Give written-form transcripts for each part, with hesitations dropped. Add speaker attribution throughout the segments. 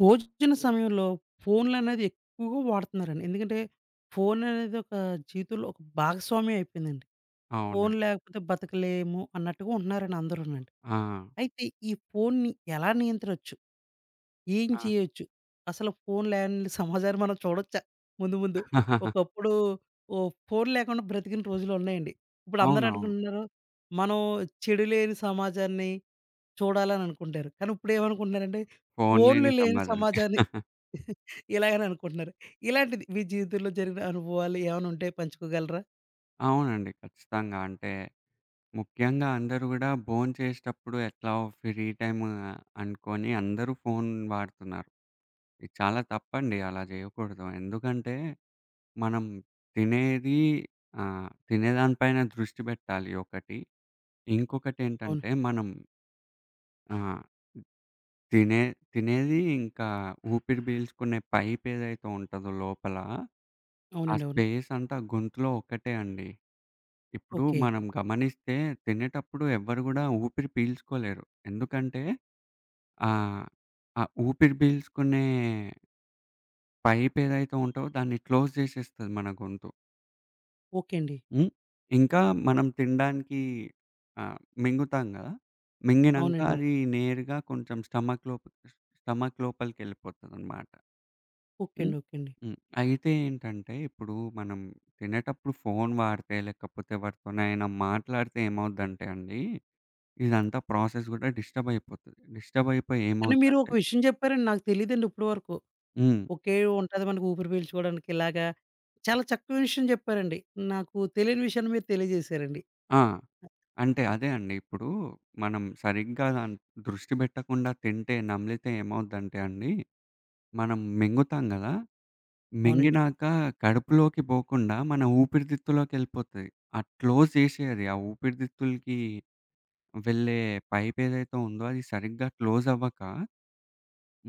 Speaker 1: భోజన సమయంలో ఫోన్లనేది ఎక్కువగా వాడుతున్నారండి. ఎందుకంటే, ఫోననేది ఒక జీవితంలో ఒక భాగస్వామ్యం అయిపోయిందండి. ఫోను
Speaker 2: అవునండి.
Speaker 1: లేకపోతే బతకలేము అన్నట్టుగా ఉంటున్నారండి అందరూనండి.
Speaker 2: ఆ!
Speaker 1: అయితే ఈ ఫోన్‌ని ఎలా నియంత్రించచ్చు? ఏం
Speaker 2: ఆ!
Speaker 1: చేయొచ్చు? అసలు ఫోను లేని సమాజాన్ని మనం చూడొచ్చా ముందు ముందు? ఒకప్పుడు ఓహ్! ఫోను లేకుండా బ్రతికిన రోజులున్నాయండి. ఇప్పుడు అందరూ
Speaker 2: అవునవును.
Speaker 1: అనుకుంటున్నారు, మనం చెడు లేని సమాజాన్ని చూడాలని అనుకుంటారు. కానీ ఇప్పుడేమనుకుంటున్నారంటే,
Speaker 2: ఫోను
Speaker 1: ఫోన్‌లు
Speaker 2: లేని
Speaker 1: లేని
Speaker 2: సమాజం.
Speaker 1: సమాజాన్ని ఇలాగని అనుకుంటున్నారు. ఇలాంటిది మీ జీవితంలో జరిగిన అనుభవాలు ఏమైనా ఉంటే పంచుకోగలరా?
Speaker 2: అవునండి. ఖచ్చితంగా. అంటే ముఖ్యంగా అందరూ గూడా భోంచేసేటప్పుడు ఎట్లా ఫ్రీ టైమ్ అనుకోని అందరూ ఫోను వాడుతున్నారు. ఇది చాలా తప్పండి. అలా జేయకూడదు. ఎందుకంటే మనం తినేది తినేదాని పైన దృష్టి పెట్టాలి ఒకటి.
Speaker 1: అవును.
Speaker 2: ఇంకొకటేంటంటే మనం ఆహ్, తినే తినేది ఇంకా ఊపిరి పీల్చుకునే పైప్ ఏదైతే ఉంటదో లోపల ఆ
Speaker 1: అవునండి. అవును.
Speaker 2: స్పేస్ అంతా గొంతులో ఒక్కటే అండి. ఇప్పుడు
Speaker 1: ఓకే.
Speaker 2: మనం గమనిస్తే తినేటప్పుడు ఎవ్వరు గూడా ఊపిరి పీల్చుకోలేరు. ఎందుకంటే ఆహ్, ఆ ఊపిరి పీల్చుకునే పైప్ ఏదైతే ఉంటదో దాన్ని క్లోజ్ జేసేస్తది మన గొంతు.
Speaker 1: ఓకే అండి.
Speaker 2: హ్మ్. ఇంకా మనం తినడానికి ఆహ్, మింగుతాం గదా! మింగినంక
Speaker 1: అవునండి. అవును.
Speaker 2: అది నేరుగా కొంచెం స్టమక్ లోపలికెళ్ళిపోతదనమాట.
Speaker 1: ఓకే
Speaker 2: హ్మ్.
Speaker 1: అండి. ఓకే అండి.
Speaker 2: హ్మ్. అయితే ఏంటంటే, ఇప్పుడు మనం తినేటప్పుడు ఫోను వాడితే, లేకపోతే ఎవరితోనైనా మాట్లాడితే ఏమవుద్దంటే అండి, ఇదంతా ప్రాసెస్ గూడా డిస్టర్బ్ అయిపోతది. డిస్టర్బ్ అయిపోయి
Speaker 1: కానీ మీరు ఒక
Speaker 2: ఏమవుద్దంటే
Speaker 1: విషయం చెప్పారండి, నాకు తెలీదండి ఇప్పటి వరకు.
Speaker 2: హ్మ్.
Speaker 1: ఒకే ఉంటది మనకు ఊపిరి పీల్చుకోవడానికి ఇలాగా. చాలా చక్కని విషయం చెప్పారండి. నాకు తెలియని విషయాన్ని మీరు తెలియజేశారండి.
Speaker 2: ఆ! అంటే అదే అండి. ఇప్పుడు మనం సరిగ్గా దాని దృష్టి పెట్టకుండా తింటే, నమిలితే ఏమవుద్దంటే అండి, మనం మింగుతాం గదా!
Speaker 1: అవునండి.
Speaker 2: మింగినాక కడుపులోకి పోకుండా మన ఊపిరితిత్తులోకెళ్ళిపోతది. అది క్లోజ్ చేసేయది. ఆ ఊపిరితిత్తులకి వెళ్ళే పైపేదైతే ఉందో అది సరిగ్గా క్లోజ్ అవ్వక,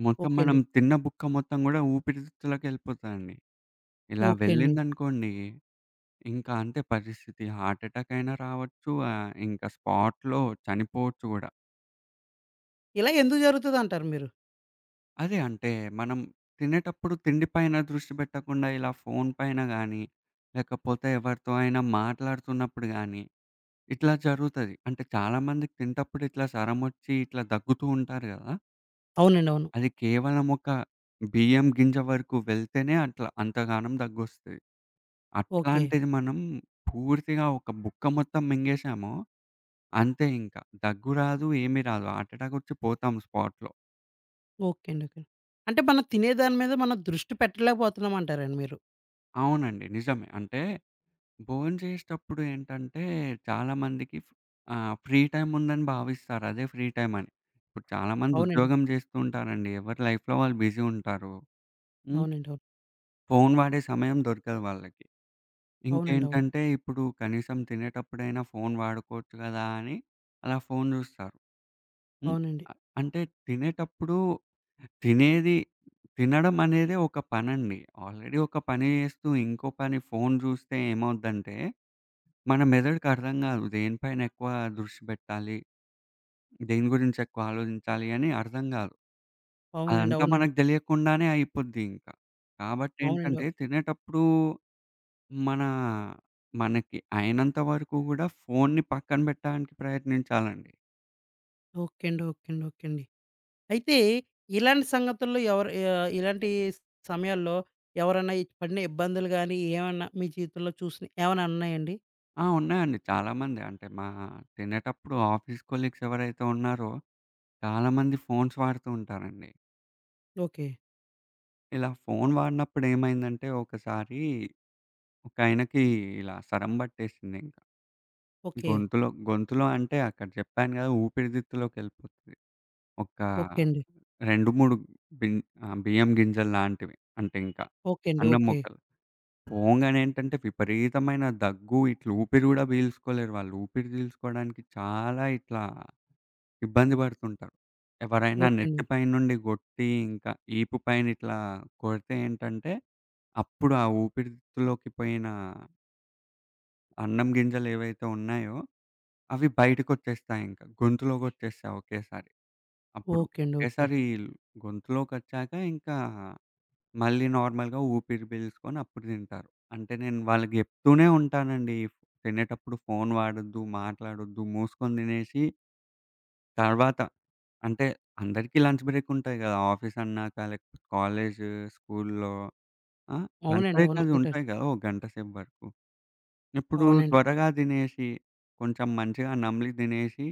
Speaker 2: మొత్తం
Speaker 1: ఓకే
Speaker 2: మనం
Speaker 1: అండి.
Speaker 2: తిన్న బుక్క మొత్తం గూడా ఊపిరితిత్తులకెళ్ళిపోతదండి. ఇలా
Speaker 1: ఓకే అండి.
Speaker 2: వెళ్ళిందనుకోండి, ఇంకా అంతే పరిస్థితి. హార్ట్ ఎటాక్ అయినా రావచ్చు, ఇంకా స్పాట్‌లో చనిపోవచ్చు గూడా.
Speaker 1: ఇలా ఎందుకు జరుగుతదంటారు మీరు?
Speaker 2: అదే అంటే మనం తినేటప్పుడు తిండి పైన దృష్టి పెట్టకుండా ఇలా ఫోను పైన గానీ, లేకపోతే ఎవరితో అయినా మాట్లాడుతున్నప్పుడు గానీ, ఇట్లా జరుగుతది. అంటే చాలామందికి తింటప్పుడు ఇట్లా సరమొచ్చి ఇట్లా దగ్గుతూ ఉంటారు గదా!
Speaker 1: అవునండి. అవును.
Speaker 2: అది కేవలం ఒక బియ్యం గింజ వరకు వెళ్తేనే అట్లా అంతగానం దగ్గొస్తది.
Speaker 1: ఓకే.
Speaker 2: అట్లాంటిది మనం పూర్తిగా ఒక బుక్క మొత్తం మింగేసామో అంతే ఇంకా. దగ్గు రాదు, ఏమి రాదు. హార్ట్ అటాక్ వచ్చి పోతాం స్పాట్‌లో.
Speaker 1: ఓకే అండి. ఓకే. అంటే మనం తినే దాని మీద మనం దృష్టి పెట్టలేకపోతున్నాం అంటారండి మీరు.
Speaker 2: అవునండి. నిజమే. అంటే భోంచేసేటప్పుడు ఏంటంటే చాలామందికి ఫ్రీ టైమ్ ఉందని భావిస్తారు. అదే ఫ్రీ టైమ్ అని. ఇప్పుడు చాలామంది
Speaker 1: అవునండి.
Speaker 2: ఉద్యోగం చేస్తూ ఉంటారండి. ఎవరి లైఫ్‌లో వాళ్ళు బిజీ ఉంటారు. హ్మ్.
Speaker 1: అవునండి. అవును.
Speaker 2: ఫోను వాడే సమయం దొరకదు వాళ్ళకి.
Speaker 1: అవునండి. అవును.
Speaker 2: ఇంకేంటంటే ఇప్పుడు కనీసం తినేటప్పుడైనా ఫోను వాడుకోవచ్చు గదా! అని అలా ఫోను జూస్తారు. హ్మ్.
Speaker 1: అవునండి.
Speaker 2: అ అంటే తినేటప్పుడు తినేది తినడం అనేది ఒక పనండి. ఆల్రెడీ ఒక పని జేస్తూ ఇంకో పని ఫోను జూస్తే ఏమవుద్దంటే, మన మెదడుకి అర్థం గాదు. దేనిపైన ఎక్కువ దృష్టి పెట్టాలి, దేని గురించి ఎక్కువ ఆలోచించాలి అని అర్థం గాదు.
Speaker 1: అవునండి.
Speaker 2: అదంతా
Speaker 1: అవునండి.
Speaker 2: మనకు దెలియకుండానే అయిపోద్ది ఇంకా. కాబట్టి
Speaker 1: అవునండి.
Speaker 2: ఏంటంటే తినేటప్పుడు మన మనకి అయినంత వరకు గూడా ఫోన్‌ని పక్కన పెట్టడానికి ప్రయత్నించాలండి.
Speaker 1: ఓకే అండి. ఓకే అండి. ఓకే అండి. అయితే ఇలాంటి సంగతుల్లో ఎవరు ఇలాంటి సమయాల్లో ఎవరన్నా ఇ పడిన ఇబ్బందులు గాని, ఏమన్నా మీ జీవితంలో చూసినయి ఏమైనా ఉన్నాయండి?
Speaker 2: ఆ! ఉన్నాయండి చాలామంది. అంటే మా తినేటప్పుడు ఆఫీస్ కొలీగ్స్ ఎవరైతే ఉన్నారో చాలామంది ఫోన్స్ వాడుతూ ఉంటారండి.
Speaker 1: ఓకే.
Speaker 2: ఇలా ఫోన్ వాడినప్పుడు ఏమైందంటే ఒకసారి ఒకాయనకి ఇలా సరం బట్టేసిందింక.
Speaker 1: ఓకే.
Speaker 2: గొంతులో గొంతులో అంటే అక్కడ చెప్పాను గదా! ఊపిరితిత్తులోకెళ్ళిపోతది. ఒక
Speaker 1: ఓకే అండి.
Speaker 2: 2, 3 బిన్ బియ్యం గింజలు లాంటివి. అంటే ఇంకా
Speaker 1: ఓకే అండి.
Speaker 2: అన్నం
Speaker 1: ఓకే.
Speaker 2: ముక్క పోంగానే ఏంటంటే విపరీతమైన దగ్గు, ఇట్లా ఊపిరి గూడా పీల్చుకోలేరు వాళ్ళు. ఊపిరి పీల్చుకోవడానికి చాలా ఇట్లా ఇబ్బంది పడుతుంటారు. ఎవరైనా
Speaker 1: ఓకే
Speaker 2: నెత్తి
Speaker 1: అండి.
Speaker 2: పైన నుండి గొట్టి, ఇంకా ఈపు పైన ఇట్లా కొడితే ఏంటంటే, అప్పుడు ఆ ఊపిరితిత్తులోకి పోయిన అన్నం గింజలు ఏవైతే ఉన్నాయో, అవి బయటకొచ్చేస్తాయి ఇంకా. గొంతులోకొచ్చేస్తాయి ఒకేసారి. అప్పుడు
Speaker 1: ఓకే అండి. ఓకే.
Speaker 2: ఒకేసారి గొంతులోకొచ్చాక ఇంకా మళ్ళీ నార్మల్‌గా ఊపిరి పీల్చుకొని అప్పుడు తింటారు. అంటే నేను వాళ్ళకి చెప్తూనే ఉంటానండి. తినేటప్పుడు ఫోన్ వాడొద్దు, మాట్లాడొద్దు, మూసుకొని తినేసి తర్వాత అంటే అందరికీ లంచ్ బ్రేక్ ఉంటాయి కదా! ఆఫీస్ అన్నాక లేకపోతే కాలేజ్, స్కూల్‌లో ఆ! లంచ్
Speaker 1: అవునండి.
Speaker 2: బ్రేక్
Speaker 1: అవును.
Speaker 2: అది
Speaker 1: ఉంటారు.
Speaker 2: ఉంటాయి కదా! ఓ గంట సేపు వరకు. ఇప్పుడు
Speaker 1: అవునండి.
Speaker 2: త్వరగా తినేసి కొంచెం మంచిగా నమిలి తినేసి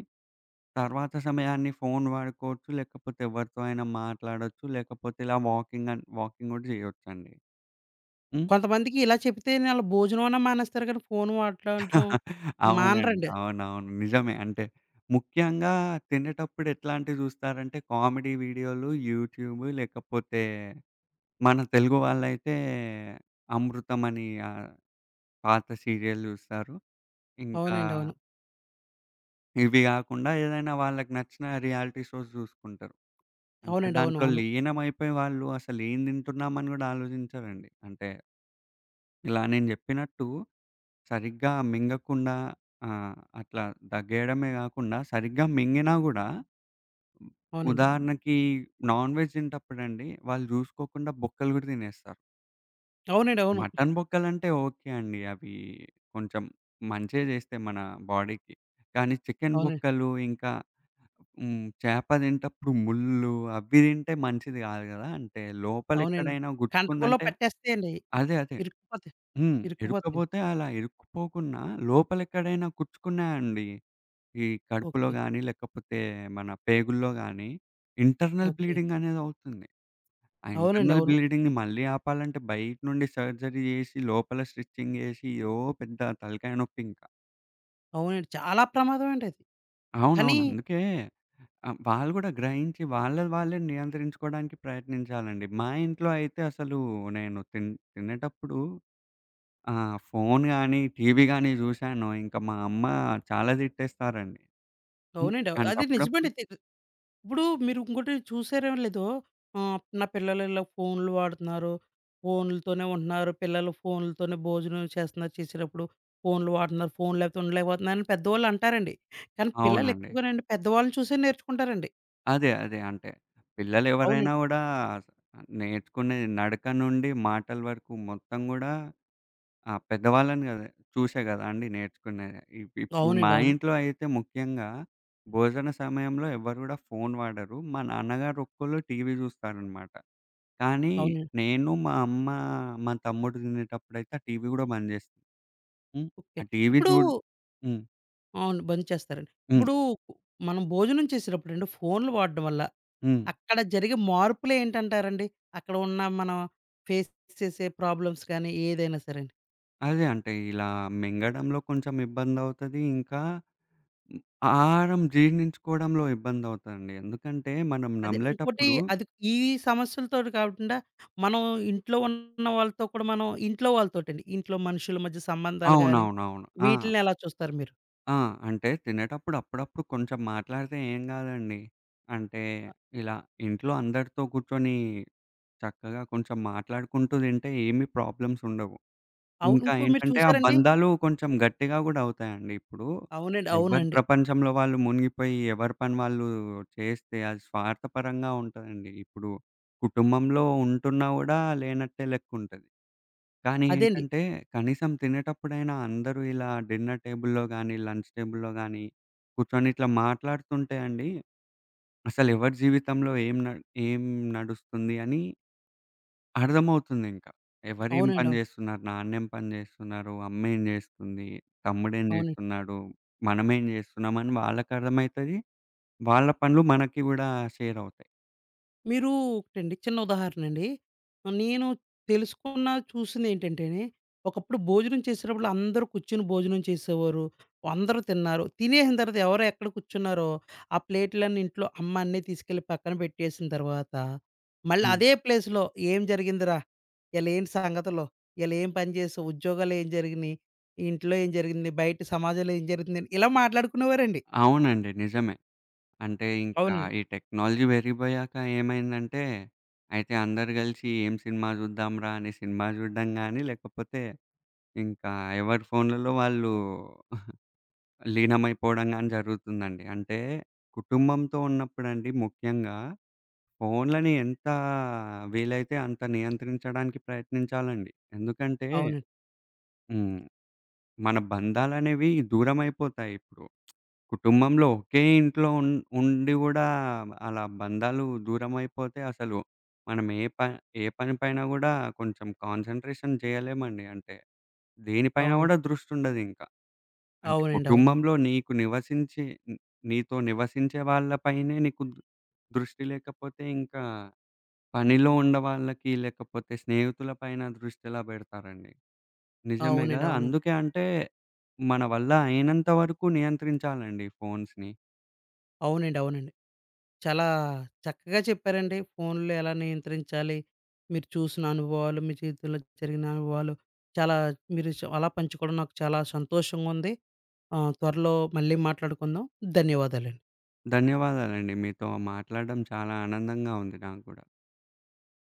Speaker 2: తర్వాత సమయాన్ని ఫోన్ వాడుకోవచ్చు. లేకపోతే ఎవరితో అయినా మాట్లాడొచ్చు. లేకపోతే ఇలా వాకింగ్ వాకింగ్ కూడా చేయొచ్చండి.
Speaker 1: కొంతమందికి ఇలా చెప్తేనే ఆళ్ళు భోజనమన్నా మానేస్తారు, కానీ ఫోను మాట్లాడటం
Speaker 2: అవునండి.
Speaker 1: మానరండి.
Speaker 2: అవునవును. నిజమే. అంటే ముఖ్యంగా తినేటప్పుడు ఎట్లాంటివి జూస్తారంటే కామెడీ వీడియోలు, యూట్యూబ్ లేకపోతే మన తెలుగు వాళ్ళైతే 'అమృతం' అని పాత సీరియల్ జూస్తారు. ఇంకా
Speaker 1: అవునండి. అవును.
Speaker 2: ఇవి గాకుండా ఏదైనా వాళ్ళకి నచ్చిన రియాలిటీ షోస్ జూసుకుంటారు. అంటే
Speaker 1: అవునండి. అవును.
Speaker 2: దాంట్లో
Speaker 1: అవును.
Speaker 2: లీనమైపోయి వాళ్ళు అసలేం తింటున్నామని గూడా ఆలోచించరండి. అంటే ఇలా నేను జెప్పినట్టు సరిగ్గా మింగకుండా అట్లా దగ్గేయడమే గాకుండా సరిగ్గా మింగినా గూడా హ్మ్.
Speaker 1: అవునండి.
Speaker 2: ఉదాహరణకి నాన్ వెజ్ తినేటప్పుడండి వాళ్ళు జూసుకోకుండా బొక్కలు గూడా తినేస్తారు.
Speaker 1: అవునండి. అవును.
Speaker 2: మటన్ బొక్కలంటే ఓకే అండి. అవి కొంచెం మంచే జేస్తాయి మన బాడీకి. కానీ చికెన్
Speaker 1: అవునండి.
Speaker 2: బొక్కలు ఇంకా హ్మ్. చేప తినేటప్పుడు ముళ్ళు అవి తింటే మంచిది గాదు గదా! అంటే
Speaker 1: అవునండి.
Speaker 2: లోపలెక్కడైనా
Speaker 1: కంటకుల్లో
Speaker 2: గుచ్చుకుందంటే
Speaker 1: పట్టేస్తాయండి.
Speaker 2: అదే. అదే.
Speaker 1: ఇరుక్కుపోతాయి.
Speaker 2: హ్మ్.
Speaker 1: ఇరుక్కుపోతాయండి.
Speaker 2: ఇరుక్కపోతే అలా ఇరుక్కుపోకున్నా లోపలెక్కడైనా కుచ్చుకున్నాయండి ఈ కడుపులో
Speaker 1: ఓకే.
Speaker 2: గాని, లేకపోతే మన పేగుల్లో గాని ఇంటర్నల్
Speaker 1: ఓకే.
Speaker 2: బ్లీడింగ్ అనేదవుతుంది. ఆ
Speaker 1: అవునండి.
Speaker 2: ఇంటర్నల్
Speaker 1: అవును.
Speaker 2: బ్లీడింగ్‌ని మళ్ళీ ఆపాలంటే బయట నుండి సర్జరీ జేసి, లోపల స్టిచ్చింగ్ జేసి ఏదో పెద్ద తలకాయ నొప్పింకా.
Speaker 1: అవునండి. చాలా ప్రమాదం అండి అది. కానీ
Speaker 2: అవునవును. అందుకే వాళ్ళు గూడా గ్రహించి వాళ్ళది వాళ్ళే నియంత్రించుకోవడానికి ప్రయత్నించాలండి. మా ఇంట్లో అయితే అసలు నేను తినేటప్పుడు ఫోను గాని, టీవీ గాని జూశానో ఇంక మా అమ్మ చాలా తిట్టేస్తారండి. హ్మ్.
Speaker 1: అవునండి. అవ్
Speaker 2: అంటే
Speaker 1: అది నిజమండి.
Speaker 2: అప్పుడప్పుడు
Speaker 1: తి ఇప్పుడు మీరు ఇంకోటి చూసారో లేదో. నా పిల్లలు ఇలా ఫోన్లు వాడుతున్నారు. ఫోన్‌లతోనే ఉంటున్నారు. పిల్లలు ఫోన్‌లతోనే భోజనం చేస్తున్నారు. చేసేటప్పుడు ఫోన్లు వాడుతున్నారు. ఫోన్ లేకపోతే ఉండలేకపోతున్నారని పెద్దవాళ్ళు అంటారండి. కానీ పిల్లలు
Speaker 2: అవునండి.
Speaker 1: ఎక్కువగానండి పెద్దవాళ్ళని చూసే నేర్చుకుంటారండి.
Speaker 2: అదే. అదే. అంటే పిల్లలెవరైనా
Speaker 1: అవునండి.
Speaker 2: గూడా నేర్చుకునేది నడక నుండి మాటల వరకు మొత్తం గూడా ఆ! పెద్దవాళ్ళని గదా! చూసే గదా అండి నేర్చుకునేది. ఇప్పుడు మా
Speaker 1: అవునండి. అవును.
Speaker 2: ఇంట్లో అయితే ముఖ్యంగా భోజన సమయంలో ఎవరు గూడా ఫోను వాడరు. మా నాన్నగారు ఒక్కళ్ళు టీవీ జూస్తారనమాట. కానీ
Speaker 1: అవునండి.
Speaker 2: నేను, మా అమ్మ, మా తమ్ముడు తినేటప్పుడైతే ఆ టీవీ గూడా బంద్ జేస్తాం. హ్మ్.
Speaker 1: ఓకే.
Speaker 2: ఆ టీవీ
Speaker 1: ఇప్పుడు
Speaker 2: జూడ్ హ్మ్.
Speaker 1: అవును. బంద్ చేస్తారండి.
Speaker 2: హ్మ్.
Speaker 1: ఇప్పుడు మనం భోజనం చేసేటప్పుడండి ఫోన్‌లు వాడడం వల్ల
Speaker 2: హ్మ్.
Speaker 1: అక్కడ జరిగే మార్పులేంటంటారండి? అక్కడ ఉన్న మనం ఫేస్ చేసే ప్రాబ్లమ్స్ కానీ ఏదైనా సరేండి.
Speaker 2: అదే. అంటే ఇలా మింగడంలో కొంచెం ఇబ్బందవుతది. ఇంకా ఆహారం జీర్ణించుకోవడంలో ఇబ్బందవుతదండి. ఎందుకంటే మనం
Speaker 1: అదే ఇంకోటి
Speaker 2: నమిలేటప్పుడు
Speaker 1: అది ఈ సమస్యలతోటి కాకుండా మనం ఇంట్లో ఉన్న వాళ్ళతో కూడా మనం ఇంట్లో వాళ్ళతోటండి. ఇంట్లో మనుషుల మధ్య సంబంధాలు గాని
Speaker 2: అవునవునవును. ఆ!
Speaker 1: వీటిల్ని ఎలా చూస్తారు మీరు?
Speaker 2: ఆ! అంటే తినేటప్పుడు అప్పుడప్పుడు కొంచెం మాట్లాడితే ఏం గాదండి. అంటే ఇలా ఇంట్లో అందరితో కూర్చొని చక్కగా కొంచెం మాట్లాడుకుంటూ తింటే ఏమి ప్రాబ్లమ్స్ ఉండవు.
Speaker 1: అవును.
Speaker 2: ఇంకా
Speaker 1: ఇంకోటి మీరు
Speaker 2: ఏంటంటే, ఆ
Speaker 1: చూసారండి?
Speaker 2: బంధాలు కొంచెం గట్టిగా గూడా అవుతాయండి ఇప్పుడు.
Speaker 1: అవునండి.
Speaker 2: ఎవరి
Speaker 1: అవునండి.
Speaker 2: ప్రపంచంలో వాళ్ళు మునిగిపోయి, ఎవరి పని వాళ్ళు చేస్తే అది స్వార్థపరంగా ఉంటదండి. ఇప్పుడు కుటుంబంలో ఉంటున్నా గూడా లేనట్టే లెక్కుంటది. కానీ
Speaker 1: అదేండి.
Speaker 2: ఏంటంటే, కనీసం తినేటప్పుడైనా అందరూ ఇలా డిన్నర్ టేబుల్‌లో గానీ, లంచ్ టేబుల్‌లో గానీ కూర్చొని ఇట్లా మాట్లాడుతుంటే అండి, అసలెవరి జీవితంలో ఏం నడుస్తుంది అని అర్థమవుతుందింక. ఎవరేం
Speaker 1: అవునండి.
Speaker 2: పని
Speaker 1: అవును.
Speaker 2: జేస్తున్నారు, నాన్నేం పని జేస్తున్నారు, అమ్మేం జేస్తుంది, తమ్ముడేం
Speaker 1: అవునండి.
Speaker 2: జేస్తున్నాడు, మనమేం జేస్తున్నామని వాళ్ళకర్థమైతది. వాళ్ళ పనులు మనకి గూడా షేరవుతాయి.
Speaker 1: మీరు ఒకటండి చిన్న ఉదాహరణండి. నేను తెలుసుకున్న, చూసిందేంటంటేనే, ఒకప్పుడు భోజనం చేసేటప్పుడు అందరూ కూర్చొని భోజనం చేసేవారు. అందరూ తిన్నారు. తినేసిన తర్వాత ఎవరు ఎక్కడ కూర్చున్నారో, ఆ ప్లేట్‌లన్నీ ఇంట్లో అమ్మ అన్నీ తీసుకెళ్ళి పక్కన పెట్టేసిన తర్వాత, మళ్ళీ
Speaker 2: హ్మ్.
Speaker 1: అదే ప్లేస్‌లో "ఏం జరిగిందిరా? ఇయాల ఏంటి సంగతులు? ఇయాల ఏం పని చేసావు? ఉద్యోగాల్లో ఏం జరిగినియి? ఇంట్లో ఏం జరిగింది? బయట సమాజంలో ఏం జరుగుతుంది?" ఇలా మాట్లాడుకునేవారండి.
Speaker 2: అవునండి. నిజమే. అంటే ఇంకా
Speaker 1: అవునండి.
Speaker 2: ఈ టెక్నాలజీ పెరిగిపోయాక ఏమైందంటే, అయితే అందరూ గలిసి ఏం సినిమా జూద్దాంరా అని సినిమా జూడడం గానీ, లేకపోతే ఇంకా ఎవరి ఫోన్లలో వాళ్ళు లీనమైపోవడం గానీ జరుగుతుందండి. అంటే కుటుంబంతో ఉన్నప్పుడండి ముఖ్యంగా ఫోన్లని ఎంత వీలైతే అంత నియంత్రించడానికి ప్రయత్నించాలండి. ఎందుకంటే
Speaker 1: అవునండి.
Speaker 2: హ్మ్. మన బంధాలనేవి దూరమైపోతాయి ఇప్పుడు. కుటుంబంలో ఒకే ఇంట్లో ఉండి గూడా అలా బంధాలు దూరమైపోతే అసలు మనం ఏ పనిపైన గూడా కొంచెం కాన్సంట్రేషన్ చేయలేమండి. అంటే దేనిపైన గూడా
Speaker 1: అవునండి.
Speaker 2: దృష్టుండదింక. అంటే
Speaker 1: అవునండి. అవునండి. అవునవును.
Speaker 2: కుటుంబంలో నీకు నివసించి న్ నీతో నివసించే వాళ్ళ పైనే నీకు దృష్టి లేకపోతే ఇంకా పనిలో ఉండవాళ్ళకి లేకపోతే స్నేహితుల పైన దృష్టెలా బెడతారండి. నిజమే
Speaker 1: అవునండి.
Speaker 2: గదా!
Speaker 1: అవును.
Speaker 2: అందుకే అంటే మన వల్ల అయినంత వరకు నియంత్రించాలండి ఫోన్స్‌ని.
Speaker 1: అవునండి. అవునండి. చాలా చక్కగా చెప్పారండి. ఫోన్‌లో ఎలా నియంత్రించాలి, మీరు చూసిన అనుభవాలు, మీ జీవితంలో జరిగిన అనుభవాలు చాలా మీరు చ్ అలా పంచుకోవడం నాకు చాలా సంతోషంగా ఉంది. త్వరలో మళ్ళీ మాట్లాడుకుందాం. ధన్యవాదాలండి.
Speaker 2: ధన్యవాదాలండి. మీతో మాట్లాడడం చాలా ఆనందంగా ఉంది నాకు గూడా.